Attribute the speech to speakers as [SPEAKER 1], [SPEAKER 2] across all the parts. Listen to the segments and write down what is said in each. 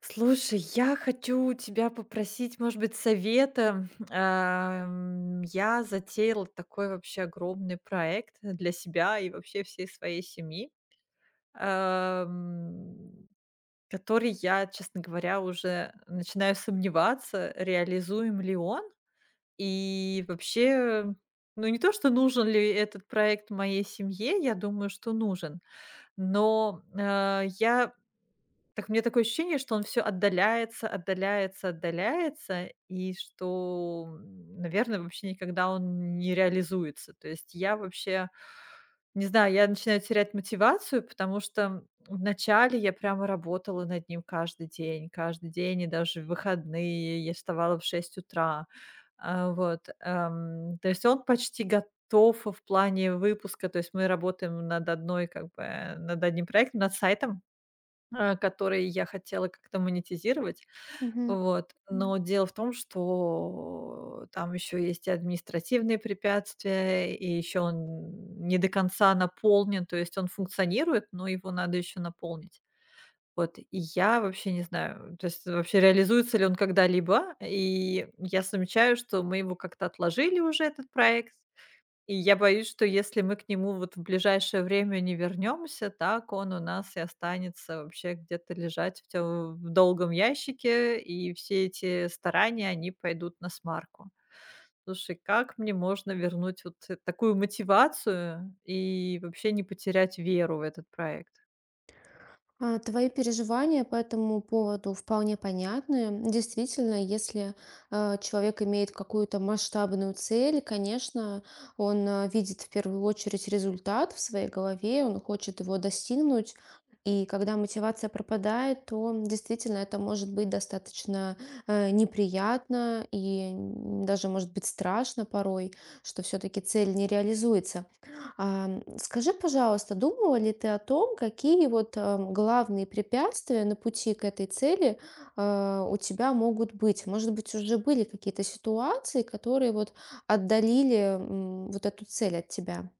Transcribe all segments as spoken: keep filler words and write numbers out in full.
[SPEAKER 1] Слушай, я хочу тебя попросить, может быть, совета. Ам, я затеяла такой вообще огромный проект для себя и вообще всей своей семьи, ам, который я, честно говоря, уже начинаю сомневаться, реализуем ли он. И вообще, ну не то, что нужен ли этот проект моей семье, я думаю, что нужен. Но, э, я так мне такое ощущение, что он все отдаляется, отдаляется, отдаляется, и что, м, наверное, вообще никогда он не реализуется. То есть я вообще не знаю, я начинаю терять мотивацию, потому что вначале я прямо работала над ним каждый день, каждый день, и даже в выходные я вставала в шесть утра. А, вот, эм, то есть он почти гот проектов в плане выпуска. То есть мы работаем над одной, как бы, э, над одним проектом, над сайтом, э, который я хотела как-то монетизировать.
[SPEAKER 2] Мгм.
[SPEAKER 1] Вот. Но дело в том, что там еще есть и административные препятствия, и еще он не до конца наполнен. То есть он функционирует, но его надо еще наполнить. Вот. И я вообще не знаю, то есть вообще реализуется ли он когда-либо. И я замечаю, что мы его как-то отложили уже, этот проект. И я боюсь, что если мы к нему вот в ближайшее время не вернемся, так он у нас и останется вообще где-то лежать в, тё- в долгом ящике, и все эти старания, они пойдут на смарку. Слушай, как мне можно вернуть вот э- такую мотивацию и вообще не потерять веру в этот проект?
[SPEAKER 2] А, Твои переживания по этому поводу вполне понятны. Действительно, если э, человек имеет какую-то масштабную цель, конечно, он э, видит в первую очередь результат в своей голове, он хочет его достигнуть. И когда мотивация пропадает, то действительно это может быть достаточно э, неприятно и м, даже может быть страшно порой, что все-таки цель не реализуется. Ам, скажи, пожалуйста, думала ли ты о том, какие вот, ам, главные препятствия на пути к этой цели, а, у тебя могут быть? Может быть, уже были какие-то ситуации, которые вот отдалили, м, вот эту цель от тебя?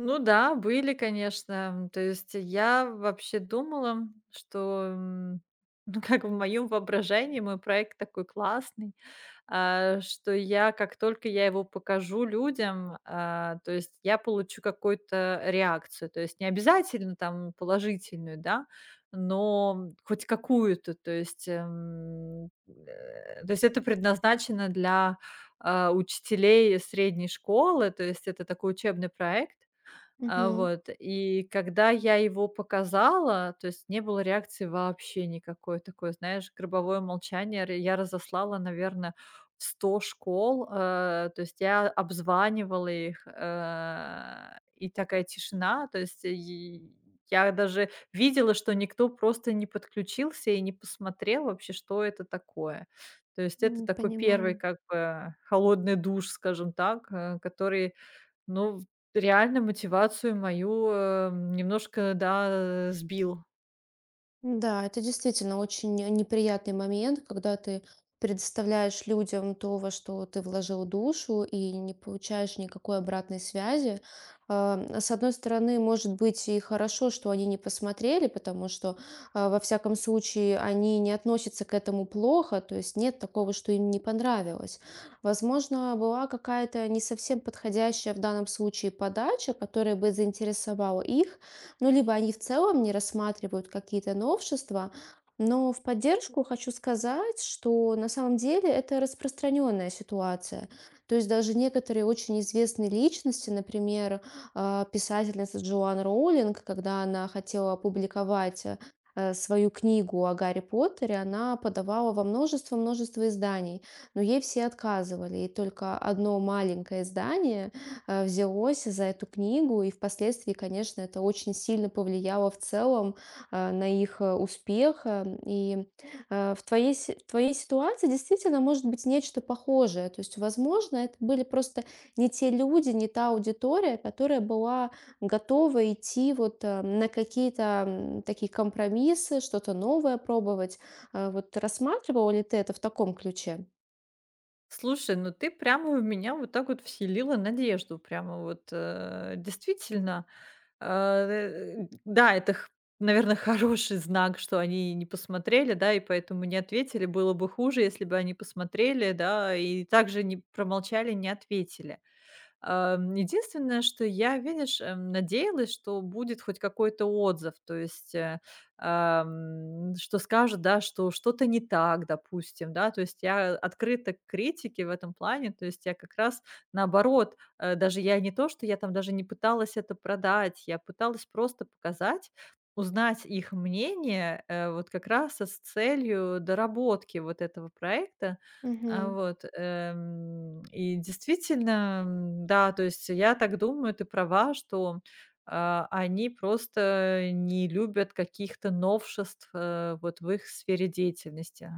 [SPEAKER 1] Ну да, были, конечно. То есть я вообще думала, что, м, ну как в моем воображении мой проект такой классный, а, что я, как только я его покажу людям, а, то есть я получу какую-то реакцию. То есть не обязательно там положительную, да, но хоть какую-то. То есть, эм, э, то есть это предназначено для а, учителей средней школы, то есть это такой учебный проект. А,
[SPEAKER 2] Мгм.
[SPEAKER 1] вот, и когда я его показала, то есть не было реакции вообще никакой. Такой, знаешь, гробовое молчание. Р я разослала, наверное, в сто школ, э, то есть я обзванивала их, э, и такая тишина. То есть э, и я даже видела, что никто просто не подключился и не посмотрел вообще, что это такое. То есть это
[SPEAKER 2] М,
[SPEAKER 1] такой первый,
[SPEAKER 2] понимаю.
[SPEAKER 1] как бы холодный душ, скажем так, э, который ну, в реально мотивацию мою, э, немножко, да, сбил.
[SPEAKER 2] Да, это действительно очень неприятный момент, когда ты предоставляешь людям то, во что ты вложил душу, и не получаешь никакой обратной связи. А, С одной стороны, может быть и хорошо, что они не посмотрели, потому что, а, во всяком случае, они не относятся к этому плохо, то есть нет такого, что им не понравилось. Возможно, была какая-то не совсем подходящая в данном случае подача, которая бы заинтересовала их, ну, либо они в целом не рассматривают какие-то новшества, но в поддержку хочу сказать, что на самом деле это распространенная ситуация. То есть даже некоторые очень известные личности, например, а, писательница Джоан Роулинг, когда она хотела опубликовать э, э, свою книгу о Гарри Поттере, она подавала во множество-множество изданий, но ей все отказывали, и только одно маленькое издание э, взялось за эту книгу, и впоследствии, конечно, это очень сильно повлияло в целом э, на их э, успех. э, И э, в твоей, си- в твоей ситуации действительно может быть нечто похожее. То есть, возможно, это были просто не те люди, не та аудитория, которая была готова идти вот э, на какие-то м, такие компромиссы, что-то новое пробовать. Э, Вот рассматривала ли ты это в таком ключе?
[SPEAKER 1] Слушай, ну ты прямо в меня вот так вот вселила надежду. Прямо вот, э, действительно, э, да, это, наверное, хороший знак, что они не посмотрели, да, и поэтому не ответили. Было бы хуже, если бы они посмотрели, да, и также не промолчали, не ответили. Ам, единственное, что я, видишь, эм, надеялась, что будет хоть какой-то отзыв, то есть, э, ам, что скажут, да, что что-то не так, допустим, да, то есть я открыта к критике в этом плане, то есть я как раз наоборот, э, даже я не то, что я там даже не пыталась это продать, я пыталась просто показать, узнать их мнение, э, вот как раз с целью доработки вот этого проекта, а,
[SPEAKER 2] Мгм.
[SPEAKER 1] вот, эм, и действительно, м, да, то есть я так думаю, ты права, что, а, они просто не любят каких-то новшеств, э, вот в их сфере деятельности.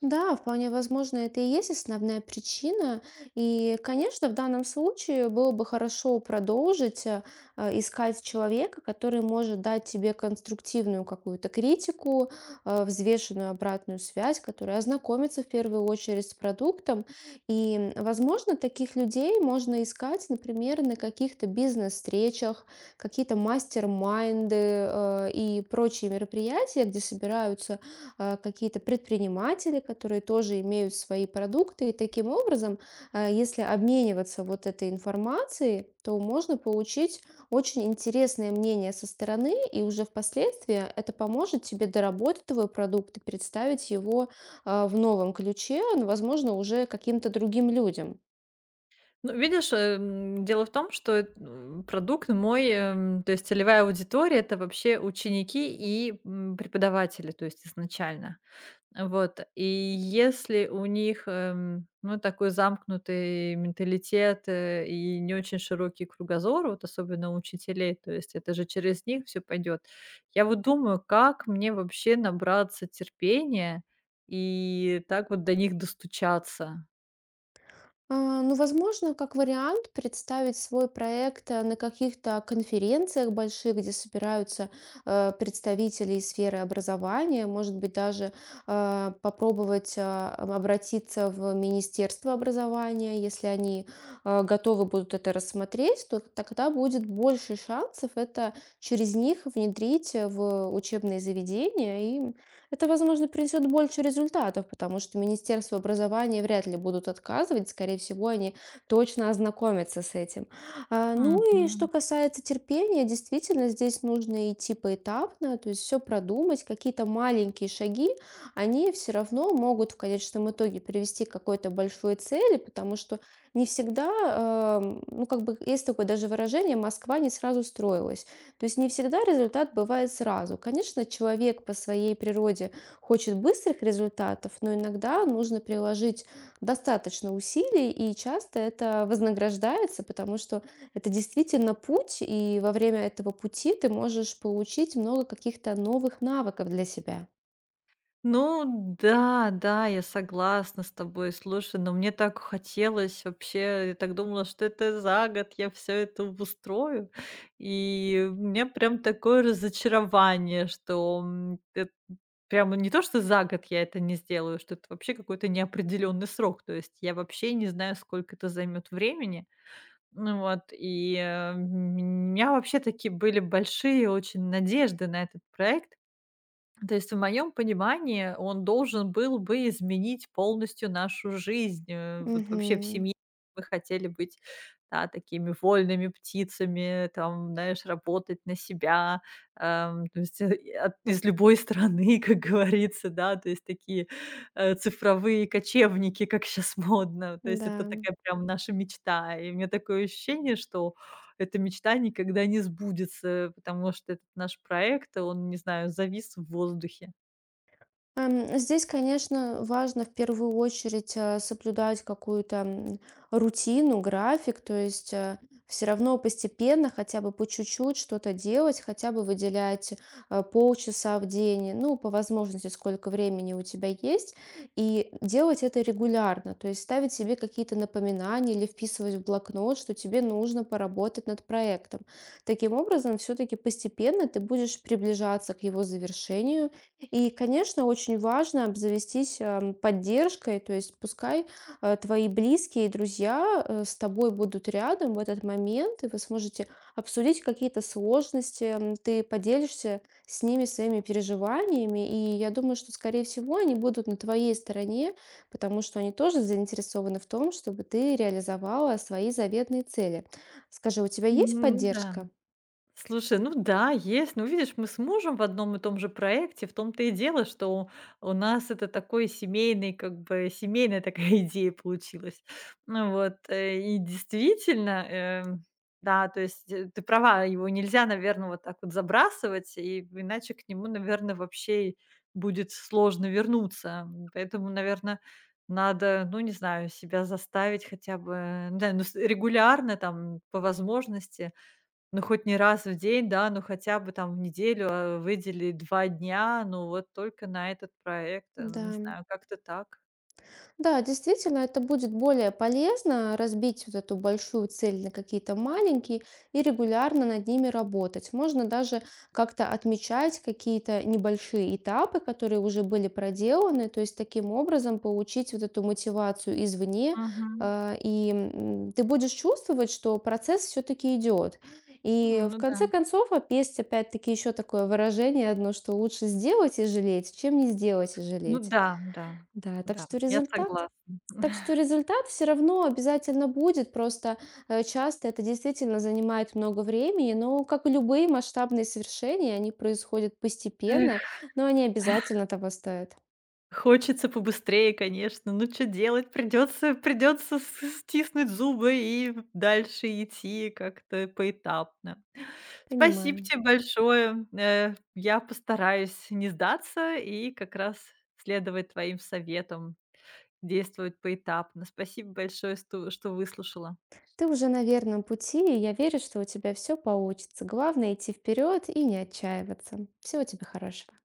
[SPEAKER 2] Да, вполне возможно, это и есть основная причина. И, конечно, в данном случае было бы хорошо продолжить э, э, искать человека, который может дать тебе конструктивную какую-то критику, э, взвешенную обратную связь, который ознакомится в первую очередь с продуктом. И, м, возможно, таких людей можно искать, например, на каких-то бизнес-встречах, какие-то мастер-майнды э, и прочие мероприятия, где собираются а, какие-то предприниматели, которые тоже имеют свои продукты. И таким образом, а, если обмениваться вот этой информацией, то можно получить очень интересное мнение со стороны, и уже впоследствии это поможет тебе доработать твой продукт и представить его а, в новом ключе, ну, возможно, уже каким-то другим людям.
[SPEAKER 1] Ну, видишь, эм, дело в том, что, э, м, продукт мой, эм, то есть целевая аудитория — это вообще ученики и, м, преподаватели, то есть изначально. Вот, и если у них, эм, ну, такой замкнутый менталитет, э, и не очень широкий кругозор, вот особенно у учителей, то есть это же через них все пойдет. Я вот думаю, как мне вообще набраться терпения и так вот до них достучаться?
[SPEAKER 2] А, Ну, возможно, как вариант представить свой проект э, на каких-то конференциях больших, где собираются э, представители из сферы образования, может быть, даже э, попробовать э, обратиться в Министерство образования, если они э, готовы будут это рассмотреть, то тогда будет больше шансов это через них внедрить э, в учебные заведения, и это, возможно, принесет больше результатов, потому что Министерство образования вряд ли будут отказывать, скорее всего, они точно ознакомятся с этим. А, Ну и что
[SPEAKER 1] Мгм.
[SPEAKER 2] касается терпения, действительно, здесь нужно идти поэтапно, то есть все продумать, какие-то маленькие шаги, они все равно могут в конечном итоге привести к какой-то большой цели, потому что не всегда, эм, ну как бы есть такое даже выражение, Москва не сразу строилась. То есть не всегда результат бывает сразу. Конечно, человек по своей природе хочет быстрых результатов, но иногда нужно приложить достаточно усилий, и часто это вознаграждается, потому что это действительно путь, и во время этого пути ты можешь получить много каких-то новых навыков для себя.
[SPEAKER 1] Ну да, да, я согласна с тобой. Слушай, но мне так хотелось вообще, я так думала, что это за год я все это устрою. И у меня прям такое разочарование, что, м, эт прямо не то, что за год я это не сделаю, что это вообще какой-то неопределенный срок. То есть я вообще не знаю, сколько это займет времени. Ну вот, и, э, м, у меня вообще такие были большие очень надежды на этот проект. То есть в моем понимании он должен был бы изменить полностью нашу жизнь. Э, вот вообще в
[SPEAKER 2] Угу.
[SPEAKER 1] семье мы хотели быть, да, такими вольными птицами, там, знаешь, работать на себя, эм, то есть, э, и от из любой страны, как говорится, да, то есть такие, э, цифровые кочевники, как сейчас модно. То есть это
[SPEAKER 2] Да.
[SPEAKER 1] такая прям наша мечта. И у меня такое ощущение, что эта мечта никогда не сбудется, потому что этот наш проект, он, не знаю, завис в воздухе.
[SPEAKER 2] Ам, здесь, конечно, важно в первую очередь, э, соблюдать какую-то, м, рутину, график, то есть, все равно постепенно, хотя бы по чуть-чуть что-то делать, хотя бы выделять, э, полчаса в день, ну, по возможности, сколько времени у тебя есть, и делать это регулярно. То есть ставить себе какие-то напоминания или вписывать в блокнот, что тебе нужно поработать над проектом. Таким образом, все-таки постепенно ты будешь приближаться к его завершению, и, конечно, очень важно обзавестись, эм, поддержкой, то есть пускай, э, твои близкие и друзья, э, с тобой будут рядом в этот момент, и вы сможете обсудить какие-то сложности, м, ты поделишься с ними своими переживаниями, и я думаю, что, скорее всего, они будут на твоей стороне, потому что они тоже заинтересованы в том, чтобы ты реализовала свои заветные цели. Скажи, у тебя есть
[SPEAKER 1] Ну да.
[SPEAKER 2] поддержка?
[SPEAKER 1] Слушай, ну да, есть. Ну, видишь, мы с мужем в одном и том же проекте. В том-то и дело, что у нас это такой семейный, как бы семейная такая идея получилась. Ну вот, э, и действительно, эм, да, то есть, э, ты права, его нельзя, наверное, вот так вот забрасывать, и иначе к нему, наверное, вообще и будет сложно вернуться. поэтому, наверное, надо, ну, не знаю, себя заставить хотя бы, э, да, ну, с регулярно там по возможности, ну, хоть не раз в день, да, ну, хотя бы там в неделю, э, выделить два дня, ну, вот только на этот проект, э, не
[SPEAKER 2] Да.
[SPEAKER 1] знаю, как-то так.
[SPEAKER 2] Да, действительно, это будет более полезно разбить вот эту большую цель на какие-то маленькие и регулярно над ними работать. Можно даже как-то отмечать какие-то небольшие этапы, которые уже были проделаны, то есть таким образом получить вот эту мотивацию извне,
[SPEAKER 1] Мгм.
[SPEAKER 2] а, и м, ты будешь чувствовать, что процесс все-таки идет. И в
[SPEAKER 1] Ну да.
[SPEAKER 2] конце концов, оп- есть опять-таки еще такое выражение одно, что лучше сделать и жалеть, чем не сделать и
[SPEAKER 1] Ну
[SPEAKER 2] жалеть.
[SPEAKER 1] да, да,
[SPEAKER 2] Да, так
[SPEAKER 1] да,
[SPEAKER 2] что
[SPEAKER 1] я
[SPEAKER 2] результат
[SPEAKER 1] согласна.
[SPEAKER 2] так что результат все равно обязательно будет, просто э, часто это действительно занимает много времени, но как и любые масштабные совершения, они происходят
[SPEAKER 1] Эх,
[SPEAKER 2] постепенно, но они обязательно того стоят.
[SPEAKER 1] хочется побыстрее, конечно. Ну, что делать? придется придется с стиснуть зубы и дальше идти как-то поэтапно. Спасибо
[SPEAKER 2] Понимаю.
[SPEAKER 1] тебе большое. Э, я постараюсь не сдаться и как раз следовать твоим советам. действовать поэтапно. Спасибо большое, сто что выслушала.
[SPEAKER 2] Ты уже на верном пути, и я верю, что у тебя все получится. Главное идти вперед и не отчаиваться. Всего тебе хорошего.